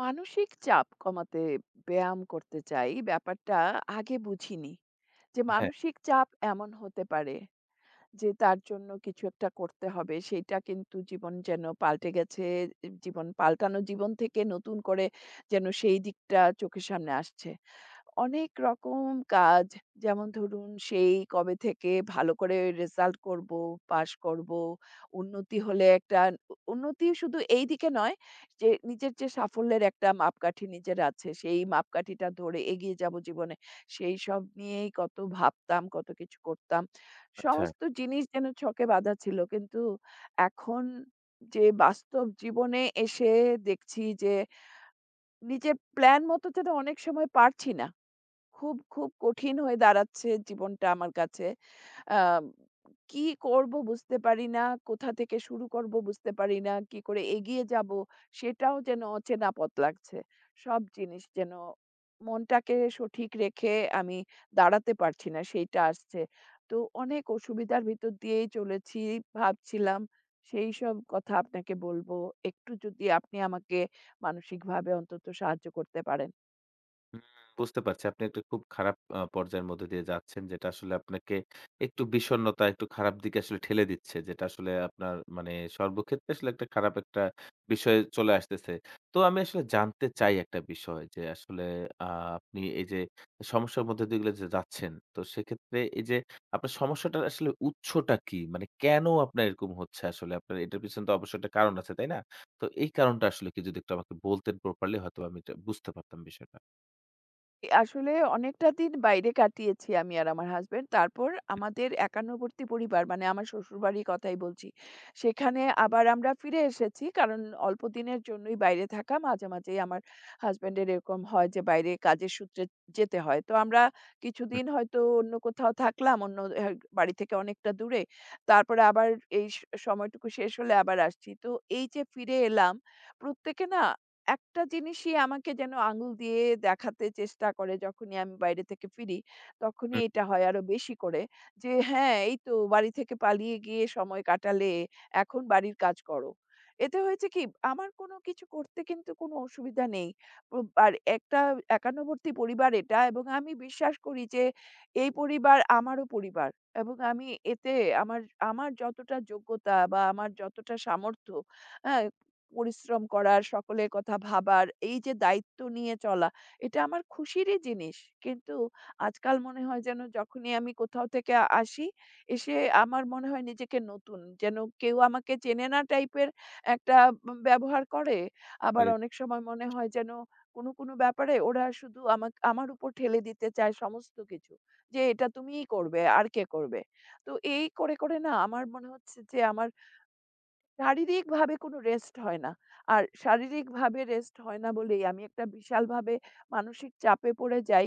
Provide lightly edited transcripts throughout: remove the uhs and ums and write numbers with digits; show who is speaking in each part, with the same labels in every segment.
Speaker 1: মানসিক চাপ কমাতে ব্যায়াম করতে চাই। ব্যাপারটা আগে বুঝিনি যে
Speaker 2: হ্যাঁ,
Speaker 1: মানসিক চাপ এমন হতে পারে যে তার জন্য কিছু একটা করতে হবে। সেইটা কিন্তু জীবন যেন পাল্টে গেছে। জীবন পাল্টানো জীবন থেকে নতুন করে যেন সেই দিকটা চোখের সামনে আসছে। অনেক রকম কাজ যেমন ধরুন সেই কবে থেকে ভালো করে রেজাল্ট করব, পাস করব, উন্নতি হলে একটা উন্নতি শুধু এইদিকে নয় যে নিজের যে সাফল্যের একটা মাপকাঠি নিজের আছে সেই মাপকাঠিটা ধরে এগিয়ে যাব জীবনে। সেই সব নিয়েই কত ভাবতাম, কত কিছু করতাম।
Speaker 2: আচ্ছা।
Speaker 1: সমস্ত জিনিস যেন ছকে বাঁধা ছিল। কিন্তু এখন যে বাস্তব জীবনে এসে দেখছি যে নিজের প্ল্যান মতো যেন অনেক সময় পারছি না। খুব, খুব কঠিন হয়ে দাঁড়াচ্ছে জীবনটা আমার কাছে। আম কি করব বুঝতে পারি না, কোথা থেকে শুরু করব বুঝতে পারি না, কি করে এগিয়ে যাব সেটাও যেন অচেনা পথ লাগছে। সব জিনিস যেন মনটাকে সঠিক রেখে আমি দাঁড়াতে পারছি না সেইটা আসছে। তো অনেক অসুবিধার ভিতর দিয়েই চলেছি ভাবছিলাম সেইসব কথা আপনাকে বলব। একটু যদি আপনি আমাকে মানসিকভাবে অন্তত সাহায্য করতে পারেন।
Speaker 2: হুম, বুঝতে পারছি। আপনি একটা খুব খারাপ পর্যায়ের মধ্যে দিয়ে যাচ্ছেন। যেটা আসলে আপনাকে একটু বিষণ্ণতা, একটু খারাপ দিকে আসলে ঠেলে দিচ্ছে। যেটা আসলে আপনার মানে সর্বক্ষেত্রে আসলে একটা খারাপ একটা বিষয় চলে আসতেছে। তো আমি আসলে জানতে চাই একটা বিষয় যে আসলে আ আপনি এই যে সমস্যার মধ্যে দিয়ে এগুলো যে যাচ্ছেন, তো সেক্ষেত্রে এই যে আপনার সমস্যাটার আসলে উৎসটা কি? মানে কেন আপনার এরকম হচ্ছে আসলে? আপনার এটার পিছনে তো অবশ্যই একটা কারণ আছে, তাই না? তো এই কারণটা আসলে কি যদি একটু আমাকে বলতেন প্রপারলি হয়তোবা আমি এটা বুঝতে পারতাম বিষয়টা।
Speaker 1: আসলে অনেকটা দিন বাইরে কাটিয়েছি আমি আর আমার হাসব্যান্ড। তারপর আমাদের একান্নবর্তী পরিবার মানে আমার শ্বশুরবাড়ির কথাই বলছি। সেখানে আবার আমরা ফিরে এসেছি। কারণ অল্পদিনের জন্যই বাইরে থাকা মাঝে, মাঝেই আমার হাসব্যান্ডের এরকম হয় যে বাইরে কাজের সূত্রে যেতে হয়। তো আমরা কিছুদিন হয়তো অন্য কোথাও থাকলাম, অন্য এহ বাড়ি থেকে অনেকটা দূরে। তারপরে আবার এই স সময়টুকু শেষ হলে আবার আসছি। তো এই যে ফিরে এলাম, প্রত্যেকে না একটা জিনিসই আমাকে যেন আঙুল দিয়ে দেখাতে চেষ্টা করে যখনই আমি বাইরে থেকে ফিরি, তখনই
Speaker 2: হুম,
Speaker 1: এটা হয় আরো বেশি করে যে, "হ্যাঁ, এই তো বাড়ি থেকে পালিয়ে গিয়ে সময় কাটালে, এখন বাড়ির কাজ করো।" এতে হয়েছে কি, আমার কোনো কিছু করতে কিন্তু কোনো অসুবিধা নেই। আর একটা একান্নবর্তী পরিবার এটা এবং আমি বিশ্বাস করি যে, এই পরিবার আমারও পরিবার এবং আমি এতে আমার, আমার যতটা যোগ্যতা বা আমার যতটা সামর্থ্য, হ্যাঁ? পরিশ্রম করার, সকলের কথা ভাবার, এই যে দায়িত্ব নিয়ে চলা, এটা আমার খুশিরই জিনিস। কিন্তু আজকাল মনে হয় যেন যখনই আমি কোথাও থেকে আসি, এসে আমার মনে হয় নিজেকে নতুন। যেন কেউ আমাকে চেনে না টাইপের একটা ব্যবহার করে। আবার
Speaker 2: হয়েছে।
Speaker 1: অনেক সময় মনে হয় যেন কোনো, কোনো ব্যাপারে ওরা শুধু আমার উপর ঠেলে দিতে চায় সমস্ত কিছু। যে এটা তুমিই করবে, আর কে করবে? তো এই করে, করে না আমার মনে হচ্ছে যে আমার শারীরিকভাবে কোনো রেস্ট হয় না। আর শারীরিকভাবে রেস্ট হয় না বলেই আমি একটা বিশালভাবে মানসিক চাপে পড়ে যাই।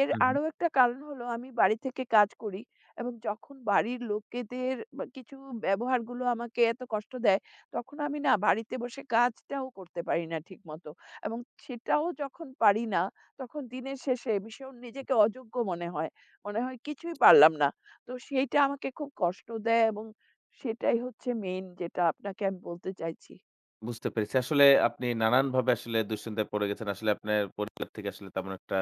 Speaker 1: এর
Speaker 2: হু, হু।
Speaker 1: আরো একটা কারণ হলো আমি বাড়ি থেকে কাজ করি এবং যখন বাড়ির লোকেদের বা কিছু ব্যবহারগুলো আমাকে এত কষ্ট দেয়, তখন আমি না বাড়িতে বসে কাজটাও করতে পারি না ঠিকমতো। এবং সেটাও যখন পারি না, তখন দিনের শেষে ভীষণ নিজেকে অযোগ্য মনে হয়। মনে হয় কিছুই পারলাম না। তো সেইটা আমাকে খুব কষ্ট দেয় এবং সেটাই হচ্ছে মেইন যেটা আপনাকে আমি বলতে চাইছি।
Speaker 2: বুঝতে পেরেছি। আসলে আপনি নানানভাবে আসলে দুশ্চিন্তায় পড়ে গেছেন। আসলে আপনার পরিবার থেকে আসলে তেমন একটা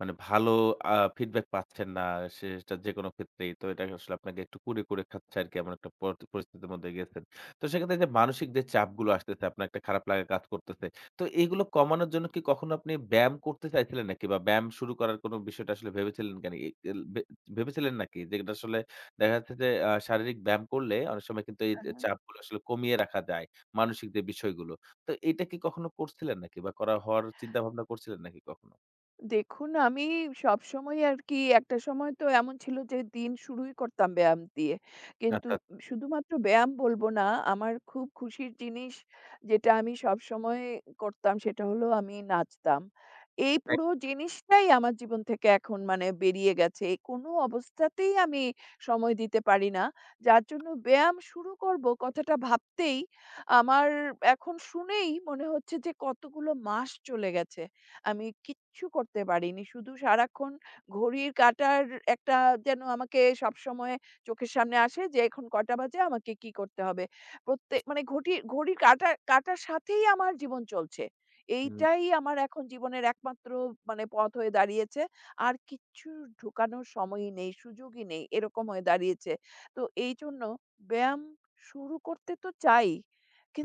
Speaker 2: মানে ভালো ফিডব্যাক পাচ্ছেন না। সেটা যেকোনো ক্ষেত্রেই। তো এটা আসলে আপনাকে একটু কুরে, কুরে খাচ্ছে আরকি। এমন একটা পরিস্থিতির মধ্যে গেছেন। তো সেক্ষেত্রে যে মানসিক যে চাপগুলো আসতেছে, আপনার একটা খারাপ লাগা কাজ করতেছে। তো এগুলো কমানোর জন্য কি কখনো আপনি ব্যায়াম করতে চাইছিলেন নাকি? বা ব্যায়াম শুরু করার কোনো বিষয়টা আসলে ভেবেছিলেন কেন? এ এল ভে ভেবেছিলেন নাকি? যেটা আসলে দেখা যাচ্ছে যে শারীরিক ব্যায়াম করলে অনেক সময় কিন্তু এই
Speaker 1: আহা!
Speaker 2: চাপগুলো আসলে কমিয়ে রাখা যায়। মানসিক যে বিষয়গুলো। তো এইটা কি কখনো করছিলেন নাকি? বা করা হওয়ার চিন্তাভাবনা করছিলেন নাকি কখনো?
Speaker 1: দেখুন, আমি সবসময়ই আরকি একটা সময় তো এমন ছিল যে দিন শুরুই করতাম ব্যায়াম দিয়ে। কিন্তু
Speaker 2: আচ্ছা।
Speaker 1: শুধুমাত্র ব্যায়াম বলবো না, আমার খুব খুশির জিনিস যেটা আমি সবসময় করতাম সেটা হলো আমি নাচতাম। এই
Speaker 2: আচ্ছা।
Speaker 1: পুরো জিনিসটাই আমার জীবন থেকে এখন মানে বেরিয়ে গেছে। এই কোনো অবস্থাতেই আমি সময় দিতে পারি না। যার জন্য ব্যায়াম শুরু করব কথাটা ভাবতেই আমার এখন শুনেই মনে হচ্ছে যে কতগুলো মাস চলে গেছে। আমি কিচ্ছু করতে পারিনি। শুধু সারাক্ষণ ঘড়ির কাঁটার একটা যেন আমাকে সবসময় চোখের সামনে আসে যে, এখন কটা বাজে? আমাকে কি করতে হবে? প্রত্যেক মানে ঘটি ঘড়ির কাঁটা কাঁটার সাথেই আমার জীবন চলছে।
Speaker 2: হুম।
Speaker 1: এইটাই আমার এখন জীবনের একমাত্র মানে পথ হয়ে দাঁড়িয়েছে। আর কিচ্ছু ঢোকানোর সময়ই নেই, সুযোগই নেই। এরকম হয়ে দাঁড়িয়েছে। তো এইজন্য ব্যায়াম শুরু করতে তো চাই।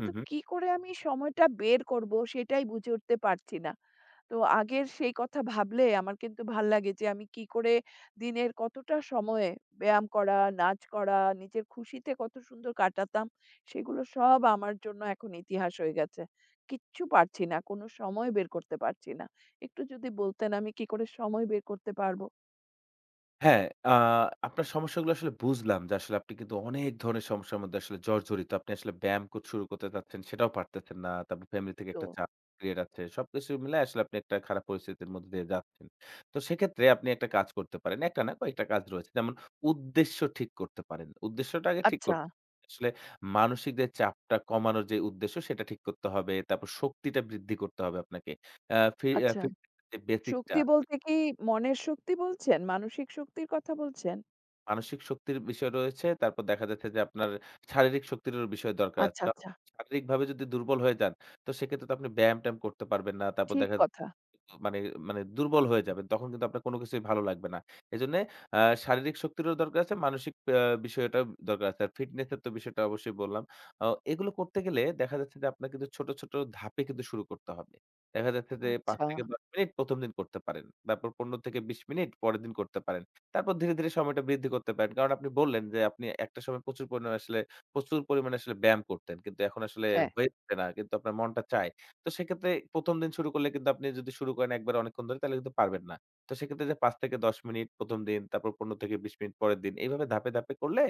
Speaker 2: হু, হু।
Speaker 1: কি করে আমি সময়টা বের করব? সেটাই বুঝে উঠতে পারছি না। তো আগের সেই কথা ভাবলে আমার কিন্তু ভাল লাগে যে আমি কি করে দিনের কতটা সময়ে ব্যায়াম করা, নাচ করা, নিজের খুশিতে কত সুন্দর কাটাতাম সেগুলো সব আমার জন্য এখন ইতিহাস হয়ে গেছে। কিচ্ছু পারছি না, কোনো সময় বের করতে পারছি না। একটু যদি বলতেন আমি কি করে সময় বের করতে পারব
Speaker 2: হ্যাঁ, আ আপনার সমস্যাগুলো আসলে বুঝলাম যে আসলে আপনি কিন্তু অনেক ধরনের সমস্যার মধ্যে আসলে জর্জরিত। আপনি আসলে ব্যায়াম শুরু করতে চাচ্ছেন সেটাও পারতেছেন না। তারপর ফ্যামিলি থেকে
Speaker 1: তো?
Speaker 2: একটা চাপ ক্রিয়েট আছে। সবকিছু মিলায়ে আসলে আপনি একটা খারাপ পরিস্থিতির মধ্যে দিয়ে যাচ্ছেন। তো সেক্ষেত্রে আপনি একটা কাজ করতে পারেন। একটা না কয়েকটা কাজ রয়েছে। যেমন উদ্দেশ্য ঠিক করতে পারেন। উদ্দেশ্যটা আগে ঠিক
Speaker 1: আচ্ছা,
Speaker 2: করতে আসলে মানসিক যে চাপটা কমানোর যে উদ্দেশ্য সেটা ঠিক করতে হবে। তারপর শক্তিটা বৃদ্ধি করতে হবে আপনাকে। আ ফি আ
Speaker 1: আচ্ছা।
Speaker 2: ফিটনেস এর যে বেসিকটা
Speaker 1: শক্তি বলতে কি মনের শক্তি বলছেন? মানসিক শক্তির কথা বলছেন?
Speaker 2: মানসিক শক্তির বিষয় রয়েছে। তারপর দেখা যাচ্ছে যে আপনার শারীরিক শক্তিরও বিষয় দরকার আছে।
Speaker 1: আচ্ছা,
Speaker 2: কারণ
Speaker 1: আচ্ছা।
Speaker 2: শারীরিকভাবে যদি দুর্বল হয়ে যান, তো সেক্ষেত্রে তো আপনি ব্যায়াম-ট্যায়াম করতে পারবেন না। তারপর
Speaker 1: ঠিক
Speaker 2: দেখা
Speaker 1: কথা।
Speaker 2: মানে মানে দুর্বল হয়ে যাবেন। তখন কিন্তু আপনার কোনো কিছুই ভালো লাগবে না। এজন্যে আ শারীরিক শক্তিরও দরকার আছে, মানসিক বিষয়টাও দরকার আছে। আর ফিটনেস এর তো বিষয়টা অবশ্যই বললাম। আ এগুলো করতে গেলে দেখা যাচ্ছে যে আপনার কিন্তু ছোট, ছোট ধাপে কিন্তু শুরু করতে হবে। দেখা যাচ্ছে যে ৫
Speaker 1: আচ্ছা।
Speaker 2: থেকে ১০ মিনিট ১ম দিন করতে পারেন। তারপর ১৫-২০ মিনিট পরের দিন করতে পারেন। তারপর ধীরে, ধীরে সময়টা বৃদ্ধি করতে পারেন। কারণ আপনি বললেন যে আপনি একটা সময় প্রচুর পরিমাণে আসলে ব্যায়াম করতেন। কিন্তু এখন আসলে
Speaker 1: হ্যাঁ।
Speaker 2: হয়ে উঠছে না। কিন্তু আপনার মনটা চায়। তো সেক্ষেত্রে ১ম দিন শুরু করলে কিন্তু আপনি যদি শুরু করেন একবারে অনেকক্ষণ ধরে তাহলে কিন্তু পারবেন না। তো সেক্ষেত্রে যে ৫ থেকে ১০ মিনিট ১ম দিন, তারপর ১৫-২০ মিনিট পরের দিন। এইভাবে ধাপে, ধাপে করলে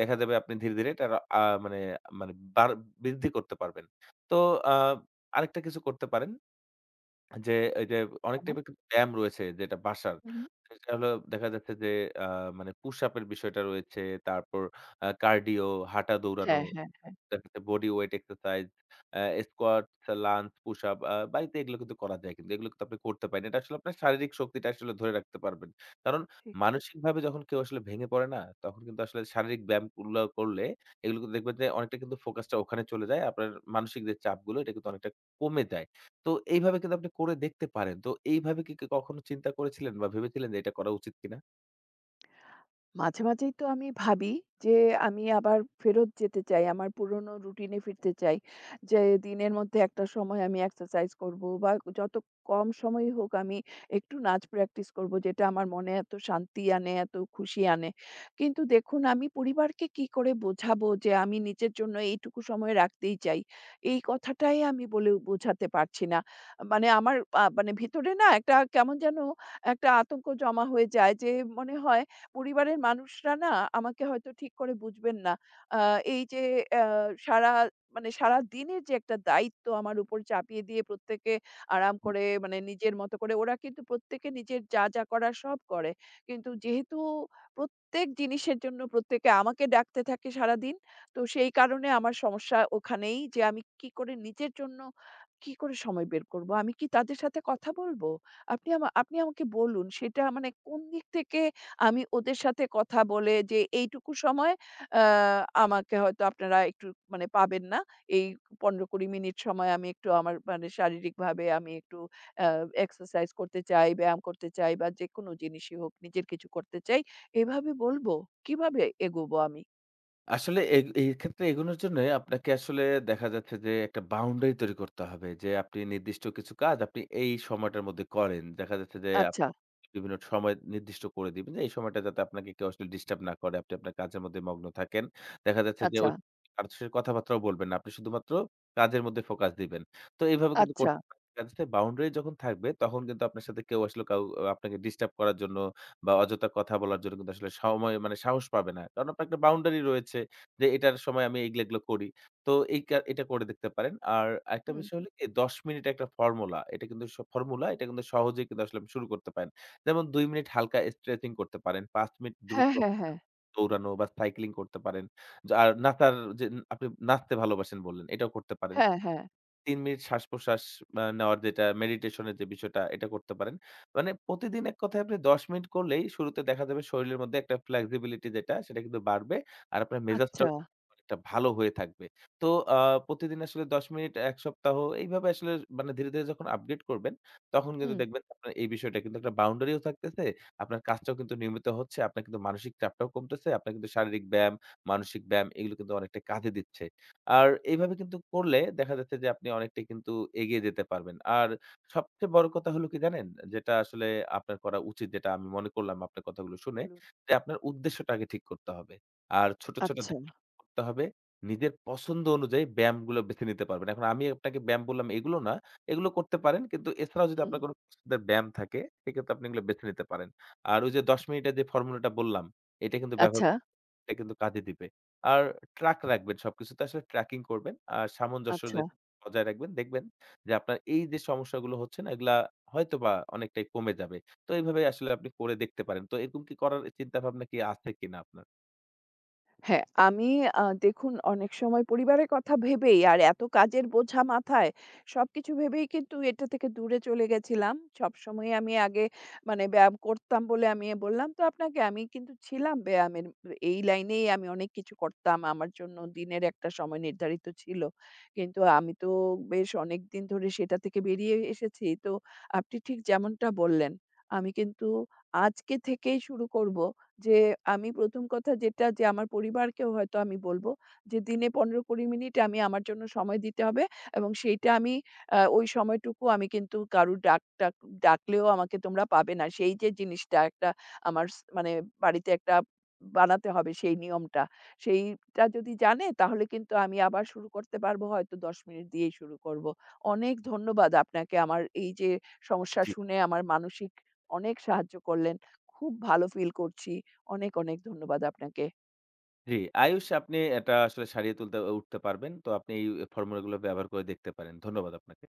Speaker 2: দেখা যাবে আপনি ধীরে, ধীরে এটার আ মানে মানে বৃদ্ধি করতে পারবেন। তো আ আরেকটা কিছু করতে পারেন যে এই যে অনেক
Speaker 1: কেমন?
Speaker 2: টাইপের কিন্তু ব্যায়াম রয়েছে যেটা বাসার।
Speaker 1: হুম, হুম।
Speaker 2: সেটা হলো দেখা যাচ্ছে যে আ মানে পুশ আপ এর বিষয়টা রয়েছে, তারপর কার্ডিও, হাঁটা দৌড়ানো।
Speaker 1: হ্যাঁ, হ্যাঁ।
Speaker 2: তারপরে বডি ওয়েট এক্সারসাইজ, আ স্কোয়াট, লাঞ্জ, পুশ-আপ বাড়িতে এগুলো কিন্তু করা যায় কিন্তু এগুলো কিন্তু আপনি করতে পারেন। এটা আসলে আপনার শারীরিক শক্তিটা আসলে ধরে রাখতে পারবেন। কারণ
Speaker 1: ঠিক।
Speaker 2: মানসিকভাবে যখন কেউ আসলে ভেঙে পড়ে না, তখন কিন্তু আসলে শারীরিক ব্যায়ামগুলো করলে এগুলো কিন্তু দেখবেন যে অনেকটা কিন্তু ফোকাসটা ওখানে চলে যায়। আপনার মানসিক যে চাপগুলো এটা কিন্তু অনেকটা কমে যায়। তো এইভাবে কিন্তু আপনি করে দেখতে পারেন। তো এইভাবে কি কি কখনো চিন্তা করেছিলেন বা ভেবেছিলেন যে এটা করা উচিত কিনা?
Speaker 1: মাঝে, মাঝেই তো আমি ভাবি যে আমি আবার ফেরত যেতে চাই। আমার পুরনো রুটিনে ফিরতে চাই। যে দিনের মধ্যে একটা সময় আমি এক্সারসাইজ করব বা যত কম সময়ই হোক আমি একটু নাচ প্র্যাকটিস করব যেটা আমার মনে এত শান্তি আনে, এত খুশি আনে। কিন্তু দেখুন আমি পরিবারকে কি করে বোঝাবো যে আমি নিজের জন্য এইটুকু সময় রাখতেই চাই। এই কথাটাই আমি বলে বোঝাতে পারছি না। মানে আমার মানে ভিতরে না একটা কেমন যেন একটা আতঙ্ক জমা হয়ে যায় যে মনে হয় পরিবারের মানুষরা না আমাকে হয়তো ঠিক করে বুঝবেন না। আ এই যে আ সারা মানে সারাদিনের যে একটা দায়িত্ব আমার উপর চাপিয়ে দিয়ে প্রত্যেকে আরাম করে মানে নিজের মতো করে ওরা কিন্তু প্রত্যেকে নিজের যা, যা করার সব করে। কিন্তু যেহেতু প্রত্যেক জিনিসের জন্য প্রত্যেকে আমাকে ডাকতে থাকে সারাদিন। তো সেই কারণে আমার সমস্যা ওখানেই যে আমি কি করে নিজের জন্য কি করে সময় বের করব? আমি কি তাদের সাথে কথা বলব? আপনি আমাকে বলুন সেটা মানে কোন দিক থেকে আমি ওদের সাথে কথা বলে যে এইটুকু সময় আ আমাকে হয়তো আপনারা একটু মানে পাবেন না। এই ১৫-২০ মিনিট সময় আমি একটু আমার মানে শারীরিকভাবে আমি একটু আ এক্সারসাইজ করতে চাই, ব্যায়াম করতে চাই বা যেকোনো জিনিসই হোক নিজের কিছু করতে চাই। এভাবে বলব? কিভাবে এগোবো আমি?
Speaker 2: আসলে এই ক্ষেত্রে এগোনোর জন্য আপনাকে আসলে দেখা যাচ্ছে যে একটা বাউন্ডারি তৈরি করতে হবে। যে আপনি নির্দিষ্ট কিছু কাজ আপনি এই সময়টার মধ্যে করেন। দেখা যাচ্ছে যে
Speaker 1: আচ্ছা,
Speaker 2: আপনার বিভিন্ন সময় নির্দিষ্ট করে দিবেন যে এই সময়টা যাতে আপনাকে কেউ আসলে ডিস্টার্ব না করে। আপনি আপনার কাজের মধ্যে মগ্ন থাকেন। দেখা যাচ্ছে যে
Speaker 1: আচ্ছা,
Speaker 2: ওই কারো সাথে কথাবার্তাও বলবেন না। আপনি শুধুমাত্র কাজের মধ্যে ফোকাস দিবেন। তো এইভাবে কিন্তু
Speaker 1: আচ্ছা।
Speaker 2: করতে পারেন। দেখা যাচ্ছে বাউন্ডারি যখন থাকবে তখন কিন্তু আপনার সাথে কেউ আসলে আপনাকে ডিস্টার্ব করার জন্য বা অযথা কথা বলার জন্য কিন্তু আসলে সময় মানে সাহস পাবে না। কারণ আপনার একটা বাউন্ডারি রয়েছে যে, এটার সময় আমি এগুলা, এগুলো করি। তো এই এটা করে দেখতে পারেন। আর আরেকটা
Speaker 1: হুম।
Speaker 2: বিষয় হলো কি ১০ মিনিট একটা ফর্মুলা। এটা কিন্তু ফর্মুলা এটা কিন্তু সহজেই কিন্তু আসলে আপনি শুরু করতে পারেন। যেমন ২ মিনিট হালকা স্ট্রেচিং করতে পারেন, ৫ মিনিট
Speaker 1: হ্যাঁ,
Speaker 2: দ্রুত
Speaker 1: হ্যাঁ, হ্যাঁ।
Speaker 2: দৌড়ানো বা সাইক্লিং করতে পারেন। যা আর নাচার যে আপনি নাচতে ভালোবাসেন বললেন, এটাও করতে পারেন।
Speaker 1: হ্যাঁ, হ্যাঁ।
Speaker 2: ৩ মিনিট শ্বাস-প্রশ্বাস নেওয়ার যেটা মেডিটেশন এর যে বিষয়টা এটা করতে পারেন। মানে প্রতিদিন এক কথায় আপনি ১০ মিনিট করলেই শুরুতে দেখা যাবে শরীরের মধ্যে একটা flexibility যেটা সেটা কিন্তু বাড়বে। আর আপনার
Speaker 1: আচ্ছা।
Speaker 2: মেজাজটাও অনেকটা ভালো হয়ে থাকবে। তো আ প্রতিদিন আসলে ১০ মিনিট ১ সপ্তাহ এইভাবে আসলে মানে ধীরে, ধীরে যখন আপডেট করবেন তখন কিন্তু
Speaker 1: হুম।
Speaker 2: দেখবেন আপনার এই বিষয়টা কিন্তু একটা বাউন্ডারিও থাকতেছে। আপনার কাজটাও কিন্তু নিয়মিত হচ্ছে। আপনার কিন্তু মানসিক চাপটাও কমতেছে। আপনার কিন্তু শারীরিক ব্যায়াম, মানসিক ব্যায়াম এগুলো কিন্তু অনেকটা কাজে দিচ্ছে। আর এইভাবে কিন্তু করলে দেখা যাচ্ছে যে আপনি অনেকটাই কিন্তু এগিয়ে যেতে পারবেন। আর সবচেয়ে বড় কথা হলো কি জানেন? যেটা আসলে আপনার করা উচিত যেটা আমি মনে করলাম আপনার কথাগুলো শুনে,
Speaker 1: বলুন।
Speaker 2: যে আপনার উদ্দেশ্যটা আগে ঠিক করতে হবে। আর ছোট, ছোট
Speaker 1: আচ্ছা।
Speaker 2: ধাপে করতে হবে। নিজের পছন্দ অনুযায়ী ব্যায়ামগুলো বেছে নিতে পারবেন। এখন আমি আপনাকে ব্যায়াম বললাম এগুলো না, এগুলো করতে পারেন। কিন্তু এছাড়াও যদি
Speaker 1: হুম।
Speaker 2: আপনার কোনো পছন্দের ব্যায়াম থাকে সেক্ষেত্রে আপনি এগুলো বেছে নিতে পারেন। আর ওই যে ১০ মিনিটের যে ফর্মুলাটা বললাম, এটা কিন্তু ব্যবহার
Speaker 1: আচ্ছা,
Speaker 2: এটা কিন্তু কাজে দিবে। আর ট্র্যাক রাখবেন সবকিছুতে আসলে ট্র্যাকিং করবেন। আর সামঞ্জস্য
Speaker 1: আচ্ছা।
Speaker 2: যে বজায় রাখবেন, দেখবেন যে আপনার এই যে সমস্যাগুলো হচ্ছে না, এগুলা হয়তোবা অনেকটাই কমে যাবে। তো এইভাবে আসলে আপনি করে দেখতে পারেন। তো এরকম কি করার চিন্তাভাবনা কি আছে কিনা আপনার?
Speaker 1: হ্যাঁ, আমি দেখুন অনেক সময় পরিবারের কথা ভেবেই আর এত কাজের বোঝা মাথায় সবকিছু ভেবেই কিন্তু এটা থেকে দূরে চলে গেছিলাম। সবসময়ই আমি আগে মানে ব্যায়াম করতাম বলে আমি বললাম তো আপনাকে আমি কিন্তু ছিলাম ব্যায়ামের এই লাইনেই আমি অনেক কিছু করতাম। আমার জন্য দিনের একটা সময় নির্ধারিত ছিল। কিন্তু আমি তো বেশ অনেকদিন ধরে সেটা থেকে বেরিয়ে এসেছি। তো আপনি ঠিক যেমনটা বললেন, আমি কিন্তু আজকে থেকেই শুরু করব। যে আমি ১ম কথা যেটা যে আমার পরিবারকেও হয়তো আমি বলব যে দিনে ১৫-২০ মিনিট আমি আমার জন্য সময় দিতে হবে এবং সেইটা আমি ওই সময়টুকু আমি কিন্তু কারুর ডাক টাক ডাকলেও আমাকে তোমরা পাবে না। সেই যে জিনিসটা একটা আমার স মানে বাড়িতে একটা বানাতে হবে সেই নিয়মটা। সেইটা যদি জানে তাহলে কিন্তু আমি আবার শুরু করতে পারব হয়তো ১০ মিনিট দিয়েই শুরু করব। অনেক ধন্যবাদ আপনাকে আমার এই যে সমস্যা
Speaker 2: জি।
Speaker 1: শুনে আমার মানসিক অনেক সাহায্য করলেন। খুব ভালো ফিল করছি। অনেক, অনেক ধন্যবাদ আপনাকে।
Speaker 2: জি, আয়ুষ আপনি এটা আসলে সারিয়ে তুলতে উঠতে পারবেন। তো আপনি এই ফর্মুলাগুলো ব্যবহার করে দেখতে পারেন। ধন্যবাদ আপনাকে।